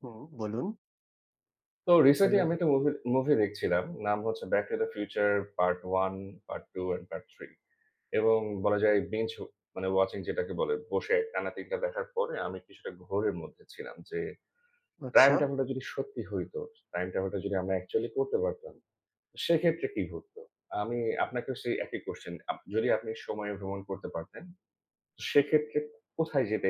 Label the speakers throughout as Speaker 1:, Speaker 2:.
Speaker 1: হুম, বলুন।
Speaker 2: তো recently
Speaker 1: hello,
Speaker 2: আমি একটা মুভি মুভি দেখছিলাম। নাম হচ্ছে 'back to the future part 1, part 2 and part 3' এবং বলা যায় বিঞ্জ মানে ওয়াচিং যেটাকে বলে, বসে টানা ৩ টা দেখার পরে আমি কিছুটা ঘোরের মধ্যে ছিলাম যে টাইম
Speaker 1: আচ্ছা।
Speaker 2: ট্রাভেলটা যদি সত্যি হইতো, টাইম ট্রাভেলটা যদি আমরা অ্যাকচুয়ালি করতে পারতাম, সেক্ষেত্রে কি ঘটতো? আমি আপনাকেও সেই একই কোয়েশ্চেন। যদি আপনি সময়ে ভ্রমণ করতে পারতেন, তো সেক্ষেত্রে কোথায় যেতে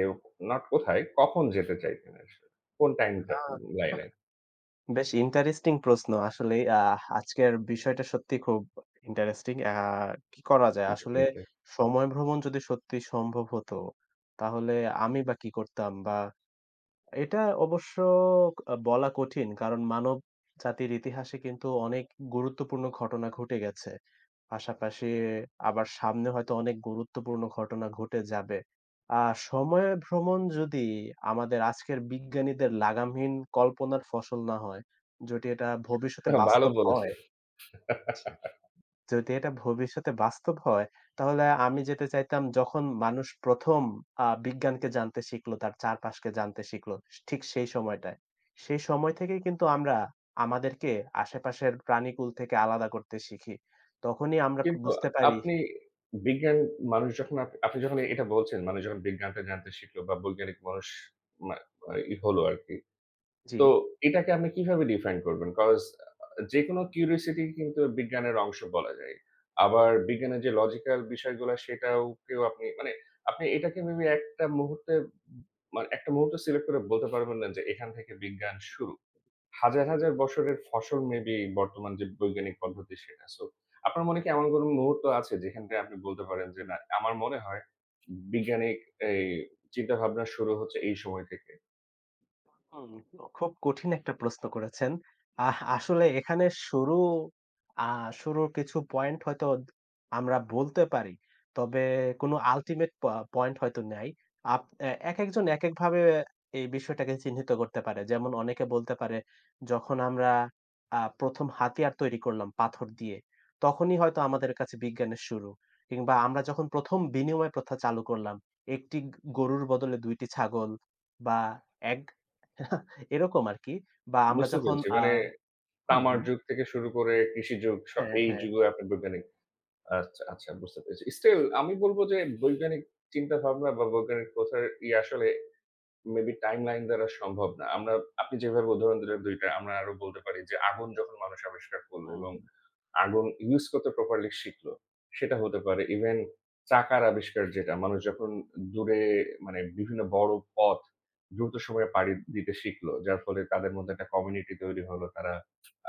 Speaker 2: নট কোথায়, কখন যেতে চাইতেন আসলে? কোন টাইমটা
Speaker 1: আ
Speaker 2: লাইনে?
Speaker 1: বেশ ইন্টারেস্টিং প্রশ্ন। আসলে আজকের বিষয়টা সত্যি খুব ইন্টারেস্টিং। কি করা যায়? আসলে সময় ভ্রমণ যদি সত্যি সম্ভব হতো, তাহলে আমি বা কি করতাম? বা এটা অবশ্য বলা কঠিন। কারণ মানব জাতির ইতিহাসে কিন্তু অনেক গুরুত্বপূর্ণ ঘটনা ঘটে গেছে। পাশাপাশি আবার সামনে হয়তো অনেক গুরুত্বপূর্ণ ঘটনা ঘটে যাবে। আ সময় ভ্রমণ যদি আমাদের আজকের বিজ্ঞানীদের লাগামহীন কল্পনার ফসল না হয়, যদি এটা ভবিষ্যতে
Speaker 2: ভালো
Speaker 1: বাস্তব
Speaker 2: বলেছে।
Speaker 1: হয় যদি এটা ভবিষ্যতে বাস্তব হয়, তাহলে আমি যেতে চাইতাম যখন মানুষ ১ম বিজ্ঞানকে জানতে শিখল, তার চারপাশকে জানতে শিখল, ঠিক সেই সময়টায়। সেই সময় থেকেই কিন্তু আমরা আমাদেরকে আশেপাশের প্রাণীকুল থেকে আলাদা করতে শিখি। তখনই আমরা
Speaker 2: কিন্তু
Speaker 1: বুঝতে পারি।
Speaker 2: আপনি বিজ্ঞান মানুষ যখন আপ আপনি যখন এটা বলছেন, মানুষ যখন বিজ্ঞানটা জানতে শিখলো বা বৈজ্ঞানিক মানুষ মা ই হলো আরকি।
Speaker 1: জি।
Speaker 2: তো এটাকে আপনি কিভাবে ডিফাইন করবেন? কজ আ যেকোনো কিউরিওসিটি কিন্তু বিজ্ঞানের অংশ বলা যায়। আবার বিজ্ঞানের যে লজিক্যাল বিষয়গুলা সেটাও কেউ আপনি মানে আপনি এটাকে মেবি একটা মুহূর্ত সিলেক্ট করে বলতে পারবেন না যে এখান থেকে বিজ্ঞান শুরু। হাজার, হাজার বছরের ফসল মেবি বর্তমান যে বৈজ্ঞানিক পদ্ধতি সেটা। সো আপনার মনে কি এমন কোন মুহূর্ত আছে যেখানটায় আপনি বলতে পারেন যে, "না, আমার মনে হয় বিজ্ঞানিক এই চিন্তাভাবনা শুরু হচ্ছে এই সময় থেকে।"
Speaker 1: হুম, খুব কঠিন একটা প্রশ্ন করেছেন। আসলে এখানে শুরু আ শুরুর কিছু পয়েন্ট হয়তো আমরা বলতে পারি। তবে কোনো আল্টিমেট পয়েন্ট হয়তো নাই। আপ এ একেকজন একেকভাবে এই বিষয়টাকে চিহ্নিত করতে পারে। যেমন অনেকে বলতে পারে যখন আমরা ১ম হাতিয়ার তৈরি করলাম পাথর দিয়ে, তখনই হয়তো আমাদের কাছে বিজ্ঞানের শুরু। কিংবা আমরা যখন ১ম বিনিময় প্রথা চালু করলাম, ১ টি গরুর বদলে ২ টি ছাগল বা এক এরকম আরকি। বা আমরা
Speaker 2: বুঝতে
Speaker 1: যখন
Speaker 2: পেরেছি। মানে
Speaker 1: হুম,
Speaker 2: তামার
Speaker 1: হুম।
Speaker 2: যুগ থেকে শুরু করে কৃষি যুগ,
Speaker 1: হ্যাঁ,
Speaker 2: এই
Speaker 1: হ্যাঁ।
Speaker 2: যুগেও আপনি বৈজ্ঞানিক আচ্ছা, আচ্ছা বুঝতে পেরেছি। স্টিল আমি বলব যে বৈজ্ঞানিক চিন্তাভাবনা বা বৈজ্ঞানিক প্রথার ইয়ে আসলে মেবি টাইমলাইন দ্বারা সম্ভব না। আপনি যেভাবে উদাহরণ দিলেন ২ টা আমরা আরো বলতে পারি যে আগুন যখন মানুষ আবিষ্কার করল
Speaker 1: হুম।
Speaker 2: এবং আগুন ইউজ করতে প্রপারলি শিখলো, সেটা হতে পারে। ইভেন চাকার আবিষ্কার যেটা, মানুষ যখন দূরে মানে বিভিন্ন বড় পথ দ্রুত সময়ে পাড়ি দিতে শিখলো, যার ফলে তাদের মধ্যে একটা কমিউনিটি তৈরি হলো। তারা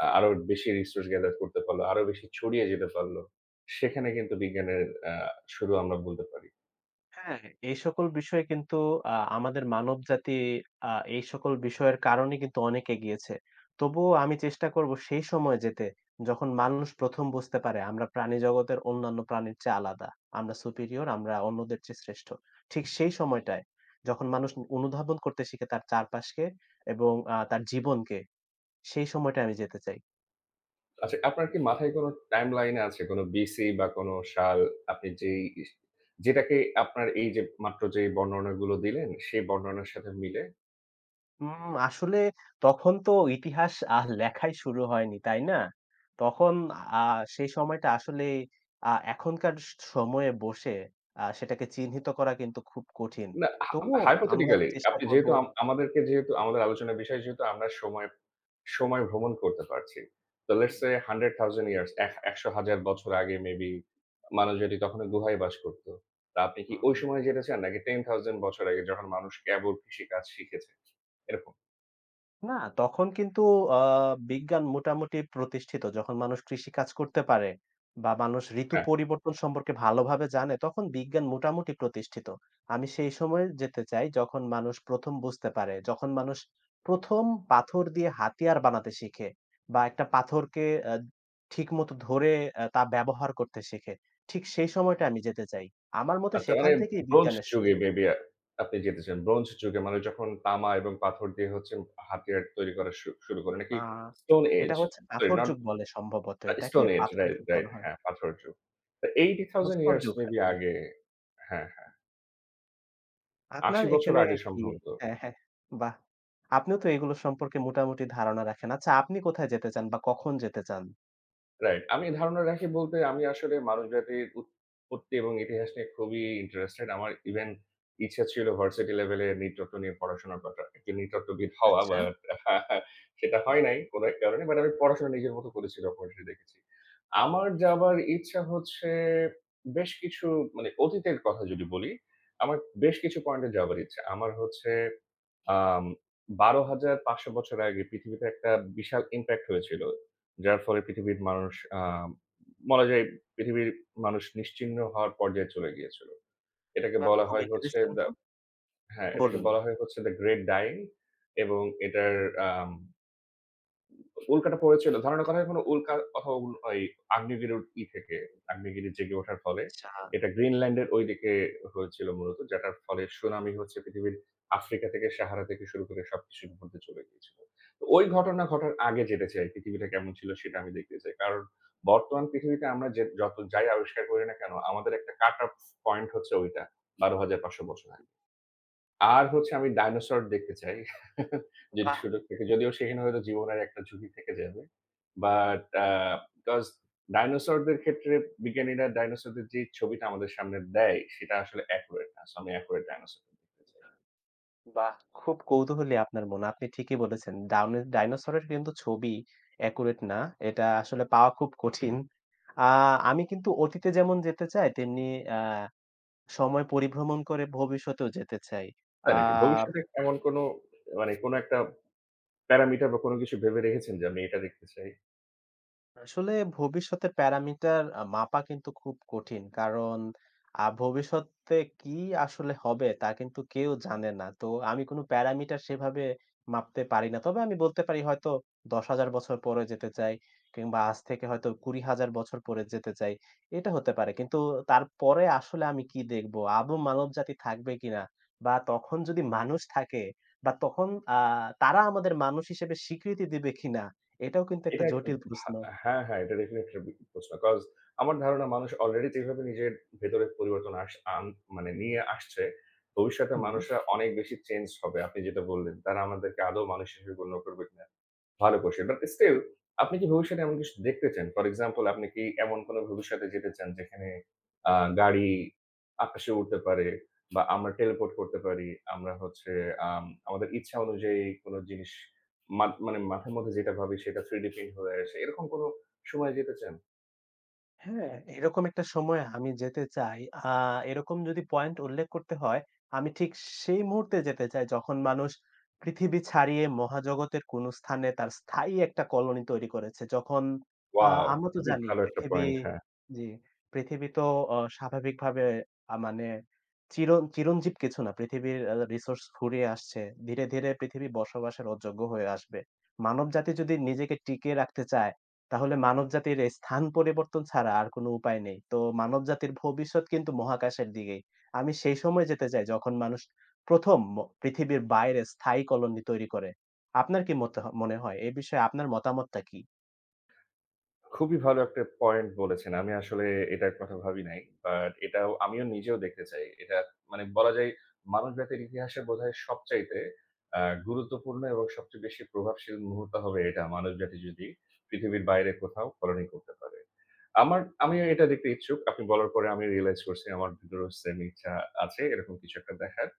Speaker 2: আরো বেশি রিসোর্স গ্যাদার করতে পারলো, আরো বেশি ছড়িয়ে যেতে পারলো। সেখানে কিন্তু বিজ্ঞানের আ শুরু আমরা বলতে পারি।
Speaker 1: হ্যাঁ, এই সকল বিষয়ে কিন্তু আমাদের মানবজাতি এই সকল বিষয়ের কারণে কিন্তু অনেক এগিয়েছে। তবুও আমি চেষ্টা করব সেই সময় যেতে, যখন মানুষ ১ম বুঝতে পারে আমরা প্রাণী জগতের অন্যান্য প্রাণীর চেয়ে আলাদা। আমরা superior, আমরা অন্যদের চেয়ে শ্রেষ্ঠ। ঠিক সেই সময়টায় যখন মানুষ অনুধাবন করতে শিখে তার চারপাশকে এবং তার জীবনকে, সেই সময়টায় আমি যেতে চাই।
Speaker 2: আচ্ছা, আপনার কি মাথায় কোনো টাইমলাইন আছে? কোনো BC বা কোনো সাল আপনি যেই ইস যেটাকে আপনার এই যে মাত্র যে বর্ণনাগুলো দিলেন, সেই বর্ণনার সাথে মিলে
Speaker 1: আসলে তখন তো ইতিহাস লেখাই শুরু হয়নি, তাই না? তখন আ সেই সময়টা আসলে এখনকার সময়ে বসে সেটাকে চিহ্নিত করা কিন্তু খুব কঠিন।
Speaker 2: না।
Speaker 1: তবুও আমরা
Speaker 2: Hypothetically
Speaker 1: চেষ্টা
Speaker 2: আপনি
Speaker 1: করব।
Speaker 2: যেহেতু আম আমাদেরকে যেহেতু আমাদের আলোচনার বিষয় যেহেতু আমরা সময়, সময় ভ্রমণ করতে পারছি। তো লেটস
Speaker 1: হুম,
Speaker 2: সে 100,000 ইয়ার্স এহ ১০০,০০০ বছর আগে মেবি মানুষ যদি তখনো গুহায় বাস করত। তা আপনি কি
Speaker 1: হুম।
Speaker 2: ওই সময়ে যেতে চান নাকি 10,000 বছর আগে যখন মানুষ কেবল কৃষিকাজ শিখেছে? এরকম।
Speaker 1: না, তখন কিন্তু আ বিজ্ঞান মোটামুটি প্রতিষ্ঠিত। যখন মানুষ কৃষিকাজ করতে পারে বা মানুষ ঋতু
Speaker 2: হ্যাঁ,
Speaker 1: পরিবর্তন সম্পর্কে ভালোভাবে জানে, তখন বিজ্ঞান মোটামুটি প্রতিষ্ঠিত। আমি সেই সময়ে যেতে চাই যখন মানুষ ১ম বুঝতে পারে, যখন মানুষ ১ম পাথর দিয়ে হাতিয়ার বানাতে শিখে বা একটা পাথরকে আ ঠিকমতো ধরে তা ব্যবহার করতে শিখে। ঠিক সেই সময়টা আমি যেতে চাই। আমার মতে
Speaker 2: আচ্ছা
Speaker 1: সেখান
Speaker 2: মানে
Speaker 1: থেকেই
Speaker 2: ব্রোঞ্জ
Speaker 1: বিজ্ঞানের
Speaker 2: যুগে
Speaker 1: শুরু।
Speaker 2: মেবি আপনি যেতে চান। ব্রোঞ্জ যুগে মানুষ যখন তামা এবং পাথর দিয়ে হচ্ছে হাতিয়ার তৈরি করা শুরু করে
Speaker 1: আ
Speaker 2: নাকি স্টোন এজ?
Speaker 1: এটা হচ্ছে
Speaker 2: সরি
Speaker 1: পাথর
Speaker 2: নট
Speaker 1: যুগ বলে সম্ভবত
Speaker 2: আ
Speaker 1: এটাকে,
Speaker 2: স্টোন এজ,
Speaker 1: পাথর
Speaker 2: রাইট,
Speaker 1: যুগ বলা
Speaker 2: রাইট।
Speaker 1: হয়।
Speaker 2: হ্যাঁ, পাথরের যুগ। তো 80,000
Speaker 1: ভাস্কর
Speaker 2: ইয়ার্স
Speaker 1: যুগ
Speaker 2: মেবি
Speaker 1: আরকি।
Speaker 2: আগে, হ্যাঁ, হ্যাঁ।
Speaker 1: আপনার
Speaker 2: ৮০ বছর
Speaker 1: এখানে
Speaker 2: আগে
Speaker 1: কি
Speaker 2: সম্ভবত।
Speaker 1: হ্যাঁ, হ্যাঁ, বাহ! আপনিও তো এগুলো সম্পর্কে মোটামুটি ধারণা রাখেন। আচ্ছা আপনি কোথায় যেতে চান বা কখন যেতে চান?
Speaker 2: রাইট। আমি ধারণা রাখি বলতে আমি আসলে মানব জাতির উৎপত্তি এবং ইতিহাস নিয়ে খুবই ইন্টারেস্টেড। আমার ইভেন ইচ্ছা ছিল ভার্সিটি লেভেলে নৃতত্ব নিয়ে পড়াশোনা করা। একজন নৃতত্ত্ববিদ হওয়া,
Speaker 1: আচ্ছা,
Speaker 2: বাট সেটা হয় নাই কোন এক কারণে। বাট আমি পড়াশোনা নিজের মতো করেছি, ডকুমেন্টারি দেখেছি। আমার যাবার ইচ্ছা হচ্ছে বেশ কিছু মানে অতীতের কথা যদি বলি, আমার বেশ কিছু পয়েন্টে যাবার ইচ্ছা। আমার হচ্ছে আম ১২,৫০০ বছর আগে পৃথিবীতে একটা বিশাল ইমপ্যাক্ট হয়েছিল। যার ফলে পৃথিবীর মানুষ আ বলা যায় পৃথিবীর মানুষ নিশ্চিহ্ন হওয়ার পর্যায়ে চলে গিয়েছিল। এটাকে
Speaker 1: বাহ!
Speaker 2: বলা
Speaker 1: খুব
Speaker 2: হয় হচ্ছে
Speaker 1: ইন্টারেস্টিং
Speaker 2: দ্যা,
Speaker 1: তো।
Speaker 2: হ্যাঁ, এটাকে
Speaker 1: বলুন।
Speaker 2: বলা হয় হচ্ছে দ্যা গ্রেট ডাইং এবং এটার আম উল্কাটা পড়েছিল। ধারণা করা হয় কোনো উল্কা অথবা ওই আগ্নেয়গিরির থেকে, আগ্নেয়গিরি জেগে ওঠার ফলে।
Speaker 1: আচ্ছা,
Speaker 2: এটা গ্রিনল্যান্ডের ঐদিকে হয়েছিল মূলত। যেটার ফলে সুনামি হচ্ছে পৃথিবীর আফ্রিকা থেকে সাহারা থেকে শুরু করে সবকিছুর মধ্যে চলে গিয়েছিল। তো ওই ঘটনা ঘটার আগে যেতে চাই, পৃথিবীটা কেমন ছিল সেটা আমি দেখতে চাই। কারণ বর্তমান পৃথিবীতে আমরা যে যত যাই আবিষ্কার করি না কেন, আমাদের একটা কাট অফ পয়েন্ট হচ্ছে ওইটা। ১২,৫০০ বছর আগে। আর হচ্ছে আমি ডাইনোসর দেখতে চাই। যদি
Speaker 1: বাহ!
Speaker 2: সুযোগ থাকে। যদিও সেখানে হয়তো জীবনের একটা ঝুঁকি থেকে যাবে। বাট বিকজ ডাইনোসরদের ক্ষেত্রে বিজ্ঞানীরা ডাইনোসরদের যে ছবিটা আমাদের সামনে দেয় সেটা আসলে অ্যাকুরেট না। সো আমি অ্যাকুরেট ডাইনোসর দেখতে চাই।
Speaker 1: বাহ! খুব কৌতূহলী আপনার মন। আপনি ঠিকই বলেছেন। ডাউনে ডাইনোসরের কিন্তু ছবি অ্যাকুরেট না। এটা আসলে পাওয়া খুব কঠিন। আ আমি কিন্তু অতীতে যেমন যেতে চাই তেমনি আ সময় পরিভ্রমণ করে ভবিষ্যতেও যেতে চাই।
Speaker 2: তাই
Speaker 1: আ
Speaker 2: নাকি? ভবিষ্যতে এমন কোনো মানে কোনো একটা প্যারামিটার বা কোনো কিছু ভেবে রেখেছেন যে আমি এটা দেখতে চাই?
Speaker 1: আসলে ভবিষ্যতের প্যারামিটার মাপা কিন্তু খুব কঠিন। কারণ ভবিষ্যতে কি আসলে হবে তা কিন্তু কেউ জানে না। তো আমি কোন প্যারামিটার সেভাবে মাপতে পারি না। তবে আমি বলতে পারি হয়তো ১০,০০০ বছর পরে যেতে চাই কিংবা আজ থেকে হয়তো ২০,০০০ বছর পরে যেতে চাই। এটা হতে পারে। কিন্তু তারপরে আসলে আমি কি দেখব? আদৌ মানবজাতি থাকবে কিনা? বা তখন যদি মানুষ থাকে বা তখন আ তারা আমাদের মানুষ হিসেবে স্বীকৃতি দিবে কিনা? এটাও কিন্তু একটা
Speaker 2: এটা একটা
Speaker 1: জটিল
Speaker 2: ভা
Speaker 1: প্রশ্ন।
Speaker 2: হ্যাঁ, হ্যাঁ, এটা ডেফিনিটলি একটা বিগ প্রশ্ন। কজ আমার ধারণা মানুষ অলরেডি যেভাবে নিজের ভেতরে পরিবর্তন আস আন মানে নিয়ে আসছে, ভবিষ্যতে
Speaker 1: হুম।
Speaker 2: মানুষরা অনেক বেশি চেঞ্জড হবে। আপনি যেটা বললেন, তারা আমাদেরকে আদৌ মানুষ হিসেবে গণ্য করবে কিনা, ভালো কোয়েশ্চেন। বাট স্টিল আপনি কি ভবিষ্যতে এমন কিছু দেখতে চান? ফর এক্সাম্পল আপনি কি এমন কোন ভবিষ্যতে যেতে চান যেখানে আ গাড়ি আকাশে উড়তে পারে বা আমরা টেলিপোর্ট করতে পারি। আমরা হচ্ছে আমাদের ইচ্ছা অনুযায়ী কোন জিনিস মানে মাথার মধ্যে যেটা ভাবি সেটা 3D প্রিন্ট হয়ে আসে। এরকম কোন সময়ে যেতে চান?
Speaker 1: হ্যাঁ, এরকম একটা সময়ে আমি যেতে চাই। আ এরকম যদি পয়েন্ট উল্লেখ করতে হয়, আমি ঠিক সেই মুহূর্তে যেতে চাই যখন মানুষ পৃথিবী ছাড়িয়ে মহাজগতের কোন স্থানে তার স্থায়ী একটা কলোনি তৈরি করেছে। যখন আ
Speaker 2: ওয়াও!
Speaker 1: আমরা তো
Speaker 2: খুবই
Speaker 1: জানি
Speaker 2: ভালো একটা
Speaker 1: পৃথিবী।
Speaker 2: পয়েন্ট। হ্যাঁ।
Speaker 1: জি, পৃথিবী তো স্বাভাবিকভাবে মানে চির চিরঞ্জীব কিছু না। পৃথিবীর রিসোর্স ফুরিয়ে আসছে। ধীরে, ধীরে পৃথিবী বসবাসের অযোগ্য হয়ে আসবে। মানবজাতি যদি নিজেকে টিকিয়ে রাখতে চায় তাহলে মানবজাতির এই স্থান পরিবর্তন ছাড়া আর কোনো উপায় নেই। তো মানবজাতির ভবিষ্যৎ কিন্তু মহাকাশের দিকেই। আমি সেই সময় যেতে চাই যখন মানুষ ১ম পৃথিবীর বাইরে স্থায়ী কলোনি তৈরি করে। আপনার কি মতে মনে হয়? এ বিষয়ে আপনার মতামতটা কি?
Speaker 2: খুবই ভালো একটা পয়েন্ট বলেছেন। আমি আসলে এটার কথা ভাবি নাই। বাট এটাও আমিও নিজেও দেখতে চাই। এটা মানে বলা যায় মানব জাতির ইতিহাসে বোধহয় সবচাইতে আ গুরুত্বপূর্ণ এবং সবচেয়ে বেশি প্রভাবশীল মুহূর্ত হবে এটা মানব জাতি যদি পৃথিবীর বাইরে কোথাও কলোনি করতে পারে। আমার আমিও এটা দেখতে ইচ্ছুক। আপনি বলার পরে আমি রিয়ালাইজ করছি আমার ভিতরেও সেম ইচ্ছা আছে এরকম কিছু একটা দেখার।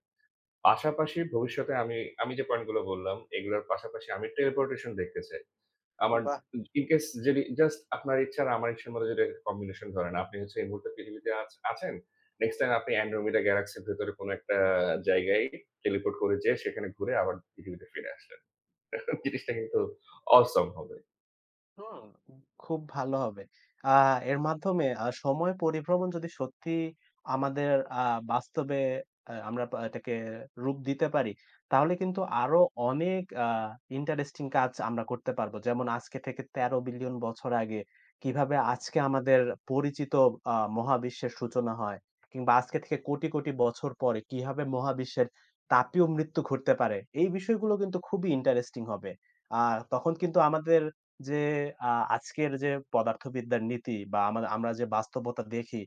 Speaker 2: পাশাপাশি ভবিষ্যতে আমি আমি যে পয়েন্ট গুলো বললাম এগুলোর পাশাপাশি আমি টেলিপোর্টেশন দেখতে চাই। আমার
Speaker 1: বাহ!
Speaker 2: ইন কেস যদি জাস্ট আপনার ইচ্ছা আর আমার ইচ্ছার মধ্যে যদি একটা কম্বিনেশন ধরেন, আপনি হচ্ছে এই মুহূর্তে পৃথিবীতে আছেন। নেক্সট টাইম আপনি Andromeda Galaxy এর ভেতরে কোনো একটা জায়গায় টেলিপোর্ট করে যেয়ে সেখানে ঘুরে আবার পৃথিবীতে ফিরে আসলেন। জিনিসটা কিন্তু অসম হবে।
Speaker 1: হুম, খুব ভালো হবে। আ এর মাধ্যমে সময় পরিভ্রমণ যদি সত্যি আমাদের আ বাস্তবে আমরা এটাকে রূপ দিতে পারি, তাহলে কিন্তু আরো অনেক ইন্টারেস্টিং কাজ আমরা করতে পারবো। যেমন আজকে থেকে ১৩ বিলিয়ন বছর আগে কিভাবে আজকে আমাদের পরিচিত মহাবিশ্বের সূচনা হয় কিংবা আজকে থেকে কোটি, কোটি বছর পরে কিভাবে মহাবিশ্বের তাপীয় মৃত্যু ঘটতে পারে। এই বিষয়গুলো কিন্তু খুবই ইন্টারেস্টিং হবে। আ তখন কিন্তু আমাদের যে আ আজকের যে পদার্থবিদ্যার নীতি বা আমরা যে বাস্তবতা দেখি,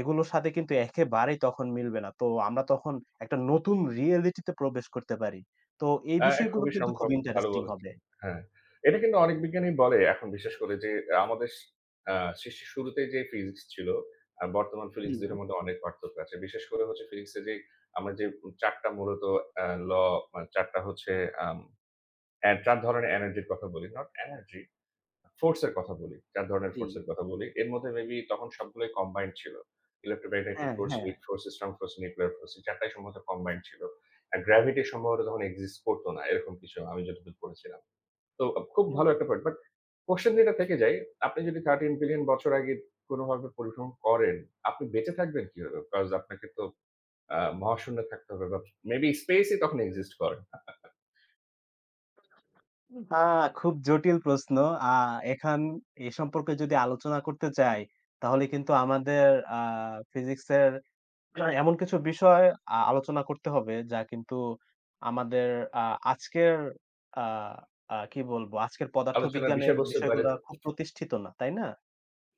Speaker 1: এগুলোর সাথে কিন্তু একেবারেই তখন মিলবে না। তো আমরা তখন একটা নতুন রিয়েলিটি তে প্রবেশ করতে পারি। তো এই
Speaker 2: আ
Speaker 1: বিষয়গুলো
Speaker 2: খুবই
Speaker 1: কিন্তু খুব
Speaker 2: সম্ভব। ভালো
Speaker 1: ইন্টারেস্টিং হবে।
Speaker 2: বলেছেন। হ্যাঁ। এটা কিন্তু অনেক বিজ্ঞানী বলে এখন বিশেষ করে যে আমাদের স আ সৃষ্টির শুরুতেই যে ফিজিক্স ছিল, আর বর্তমান ফিজিক্স ২
Speaker 1: হুম,
Speaker 2: টার মধ্যে অনেক পার্থক্য আছে। বিশেষ করে হচ্ছে ফিজিক্সে যে আমরা যে ৪ টা মূলত আ ল মানে ৪ টা হচ্ছে আম অ্যা ৪ ধরনের এনার্জির কথা বলি। নট এনার্জি, ফোর্স এর কথা বলি, ৪ ধরনের
Speaker 1: জি।
Speaker 2: ফোর্স এর কথা বলি। এর মধ্যে মেবি তখন সবগুলোই কম্বাইন্ড ছিল। ইলেক্ট্রোম্যাগনেটিক
Speaker 1: হ্যাঁ,
Speaker 2: ফোর্স,
Speaker 1: হ্যাঁ।
Speaker 2: Weak force, strong force, nuclear force এই ৪ টাই সম্ভবত কম্বাইন্ড ছিল। আর গ্র্যাভিটি সম্ভবত তখন এক্সিস্ট করত না। এরকম কিছু আমি যতদূর পড়েছিলাম। তো খুব ভালো
Speaker 1: হুম।
Speaker 2: একটা পয়েন্ট। বাট কোয়েশ্চেন যেটা থেকে যায়, আপনি যদি 13 বিলিয়ন বছর আগে কোনভাবে পরিভ্রমণ করেন, আপনি বেঁচে থাকবেন কিভাবে? বিকজ আপনাকে তো মহাশূন্যে থাকতে হবে বা মেবি স্পেস ই তখন এক্সিস্ট করে না।
Speaker 1: আ খুব জটিল প্রশ্ন। আ এখান এ সম্পর্কে যদি আলোচনা করতে যাই, তাহলে কিন্তু আমাদের আ ফিজিক্সের না, এমন কিছু বিষয় আলোচনা করতে হবে যা কিন্তু আমাদের আ আজকের আ আ কি বলবো? আজকের
Speaker 2: আলোচনার
Speaker 1: পদার্থবিজ্ঞানের
Speaker 2: বিষয়বস্তুর বাইরে,
Speaker 1: বিষয়গুলা খুব প্রতিষ্ঠিত না, তাই না?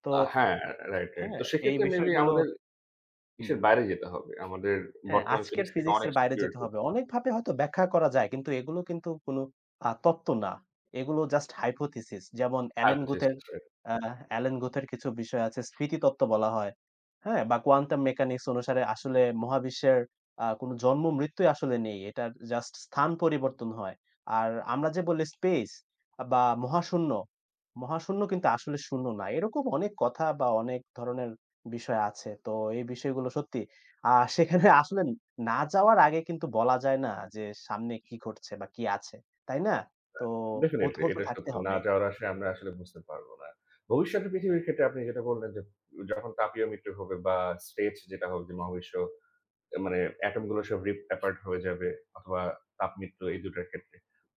Speaker 1: তো
Speaker 2: হ্যাঁ, রাইট, রাইট।
Speaker 1: হ্যাঁ,
Speaker 2: তো
Speaker 1: এই
Speaker 2: সেক্ষেত্রে মেবি
Speaker 1: বিষয়গুলো।
Speaker 2: আমাদের
Speaker 1: হুম।
Speaker 2: দেশের বাইরে যেতে হবে। আমাদের
Speaker 1: হ্যাঁ,
Speaker 2: বর্তমান
Speaker 1: আজকের
Speaker 2: ফিলিংস থেকে অনেক
Speaker 1: ফিজিক্সের বাইরে
Speaker 2: superior
Speaker 1: যেতে হবে।
Speaker 2: হতে হবে।
Speaker 1: অনেকভাবে হয়তো ব্যাখ্যা করা যায় কিন্তু এগুলো কিন্তু কোনো তত্ত্ব না। এগুলো জাস্ট হাইপোথিসিস। যেমন অ্যালেন গুথের
Speaker 2: Hypothesis এর
Speaker 1: আ অ্যালেন গুথের কিছু বিষয় আছে স্মৃতিতত্ত্ব বলা হয়। হ্যাঁ? বা কোয়ান্টাম মেকানিক্স অনুসারে আসলে মহাবিশ্বের কোনো জন্ম-মৃত্যুই আসলে নেই। এটার জাস্ট স্থান পরিবর্তন হয়। আর আমরা যে বলি স্পেস বা মহাশূন্য, মহাশূন্য কিন্তু আসলে শূন্য না। এরকম অনেক কথা বা অনেক ধরনের বিষয় আছে। তো এই বিষয়গুলো সত্যি আ সেখানে আসলে না যাওয়ার আগে কিন্তু বলা যায় না যে সামনে কি ঘটছে বা কি আছে। তাই না? তো
Speaker 2: ডেফিনিটলি
Speaker 1: কৌতূহল তো
Speaker 2: এটা
Speaker 1: থাকতে
Speaker 2: সত্য। না
Speaker 1: হবে।
Speaker 2: যাওয়ার আশায় আমরা আসলে বুঝতে পারব না। ভবিষ্যতে পৃথিবীর ক্ষেত্রে আপনি যেটা বললেন যে, যখন তাপীয় মৃত্যু হবে বা স্টেজ যেটা হবে যে মহাবিশ্ব মানে এটম
Speaker 1: হুম।
Speaker 2: গুলো সব রিপ অ্যাপার্ট হয়ে যাবে অথবা তাপ মৃত্যু এই ২ টার ক্ষেত্রে।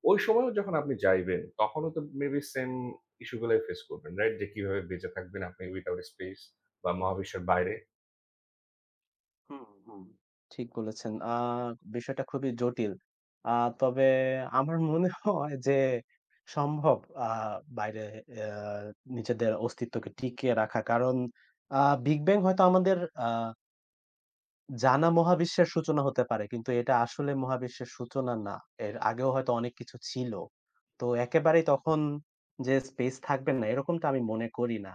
Speaker 2: ওই সময়ও যখন আপনি যাইবেন তখনও তো মেবি সেম ইস্যু গুলাই ফেস করবেন, রাইট? যে কিভাবে বেঁচে থাকবেন আপনি উইথআউট স্পেস বা মহাবিশ্বের বাইরে।
Speaker 1: হুম, হুম। ঠিক বলেছেন। বিষয়টা খুবই জটিল। আ তবে আমার মনে হয় যে সম্ভব আ বাইরে আ নিজেদের অস্তিত্বকে টিকিয়ে রাখা। কারণ আ বিগ ব্যাং হয়তো আমাদের আ জানা মহাবিশ্বের সূচনা হতে পারে। কিন্তু এটা আসলে মহাবিশ্বের সূচনা না। এর আগেও হয়তো অনেক কিছু ছিল। তো একেবারেই তখন যে স্পেস থাকবে না এরকমটা আমি মনে করি না।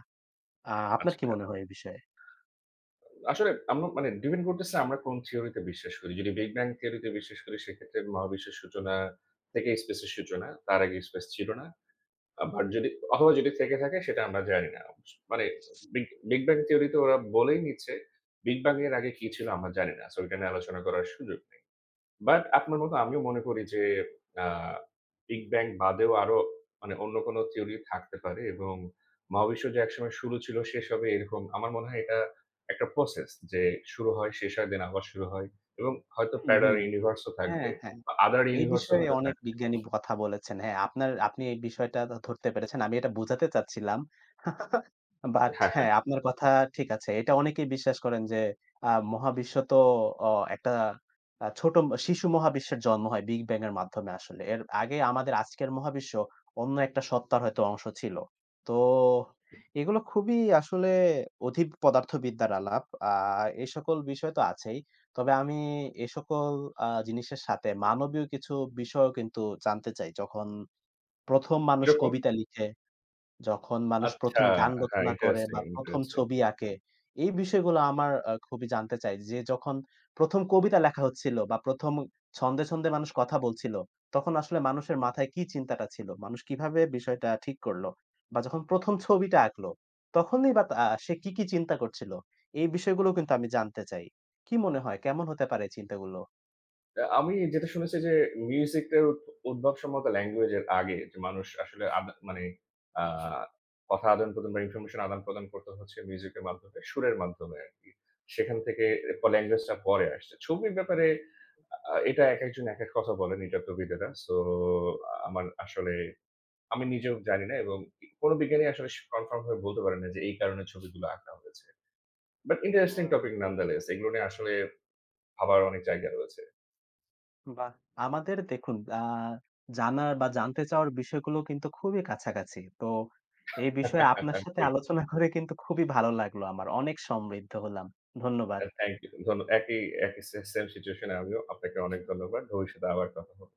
Speaker 1: আপনার
Speaker 2: আচ্ছা।
Speaker 1: কি মনে হয় এই বিষয়ে?
Speaker 2: আসলে আমরা মানে ডিপেন্ড করতেছে আমরা কোন থিওরিতে বিশ্বাস করি। যদি বিগ ব্যাং থিওরিতে বিশ্বাস করি সেক্ষেত্রে মহাবিশ্বের সূচনা থেকে স্পেসের সূচনা। তার আগে স্পেস ছিল না। আবার যদি অথবা যদি থেকে থাকে সেটা আমরা জানি না। মানে বিগ বিগ ব্যাং থিওরিতে ওরা বলেই নিচ্ছে বিগ ব্যাং এর আগে কি ছিল আমরা জানি না। সো এটা নিয়ে আলোচনা করার সুযোগ নেই। বাট আপনার মতো আমিও মনে করি যে আ বিগ ব্যাং বাদেও আরো মানে অন্য কোনো থিওরি থাকতে পারে এবং মহাবিশ্ব যে একসময় শুরু ছিল, শেষ হবে এরকম আমার মনে হয় এটা একটা প্রসেস যে শুরু হয়, শেষ হয়, দেন আবার শুরু হয় এবং হয়তো
Speaker 1: হুম, হুম।
Speaker 2: প্যারালাল ইউনিভার্স ও
Speaker 1: হ্যাঁ,
Speaker 2: থাকবে
Speaker 1: হ্যাঁ।
Speaker 2: বা আদার
Speaker 1: এই
Speaker 2: ইউনিভার্স ও
Speaker 1: বিষয়ে
Speaker 2: হয়তো
Speaker 1: অনেক
Speaker 2: থাকবে।
Speaker 1: বিজ্ঞানী কথা বলেছেন। হ্যাঁ, আপনি এই বিষয়টা ধরতে পেরেছেন। আমি এটা বোঝাতে চাচ্ছিলাম। বাট
Speaker 2: হ্যাঁ, হ্যাঁ।
Speaker 1: হ্যাঁ, আপনার কথা ঠিক আছে। এটা অনেকেই বিশ্বাস করেন যে মহাবিশ্ব তো অ একটা ছোট শিশু মহাবিশ্বের জন্ম হয় বিগ ব্যাং এর মাধ্যমে আসলে। এর আগে আমাদের আজকের মহাবিশ্ব অন্য একটা সত্তার হয়তো অংশ ছিল। তো এগুলো খুবই আসলে অধিক পদার্থবিদ্যার আলাপ। আ এ সকল বিষয় তো আছেই। তবে আমি এ সকল জিনিসের সাথে মানবীয় কিছু বিষয়ও কিন্তু জানতে চাই। যখন ১ম মানুষ
Speaker 2: কিরকম?
Speaker 1: কবিতা লিখে, যখন মানুষ
Speaker 2: আচ্ছা,
Speaker 1: ১ম গান
Speaker 2: হ্যাঁ,
Speaker 1: রচনা করে
Speaker 2: ইন্টারেস্টিং,
Speaker 1: বা ১ম
Speaker 2: ইন্টারেস্টিং।
Speaker 1: ছবি আঁকে, এই বিষয়গুলো আমার খুবই জানতে চাই। যে যখন ১ম কবিতা লেখা হচ্ছিল বা ১ম ছন্দে, ছন্দে মানুষ কথা বলছিল, তখন আসলে মানুষের মাথায় কি চিন্তাটা ছিল? মানুষ কিভাবে বিষয়টা ঠিক করলো? বা যখন ১ম ছবিটা আঁকলো, তখনই বা সে কি, কি চিন্তা করছিল? এই বিষয়গুলো কিন্তু আমি জানতে চাই। কি মনে হয় কেমন হতে পারে চিন্তাগুলো?
Speaker 2: আমি যেটা শুনেছি যে মিউজিকের উদ্ভব সম্ভবত ল্যাঙ্গুয়েজ এর আগে যে মানুষ আসলে মানে আ কথা আদান-প্রদান বা ইনফরমেশন আদান-প্রদান করত হচ্ছে মিউজিকের মাধ্যমে, সুরের মাধ্যমে আরকি। সেখান থেকে ল্যাঙ্গুয়েজটা পরে আসছে। ছবির ব্যাপারে এটা একেকজন একেক কথা বলেন এটাত্ত্ববিদেরা। সো আমার আসলে আমি নিজেও জানি না এবং কোন বিজ্ঞানী আসলে কনফার্ম হয়ে বলতে পারে না যে এই কারণে ছবিগুলো আঁকা হয়েছে। But interesting
Speaker 1: hmm.
Speaker 2: Topic nonetheless এগুলো নিয়ে আসলে ভাবার অনেক জায়গা রয়েছে।
Speaker 1: বাহ! আমাদের দেখুন জানার বা জানতে চাওয়ার বিষয়গুলো কিন্তু খুবই কাছাকাছি। তো এই বিষয়ে আপনার সাথে
Speaker 2: জি।
Speaker 1: আলোচনা করে কিন্তু খুবই ভালো লাগলো আমার। অনেক সমৃদ্ধ হলাম। ধন্যবাদ।
Speaker 2: Thank you. একই, একই সে সেম সিচুয়েশন এ আমিও। আপনাকে অনেক ধন্যবাদ। ভবিষ্যতে আবার কথা হবে।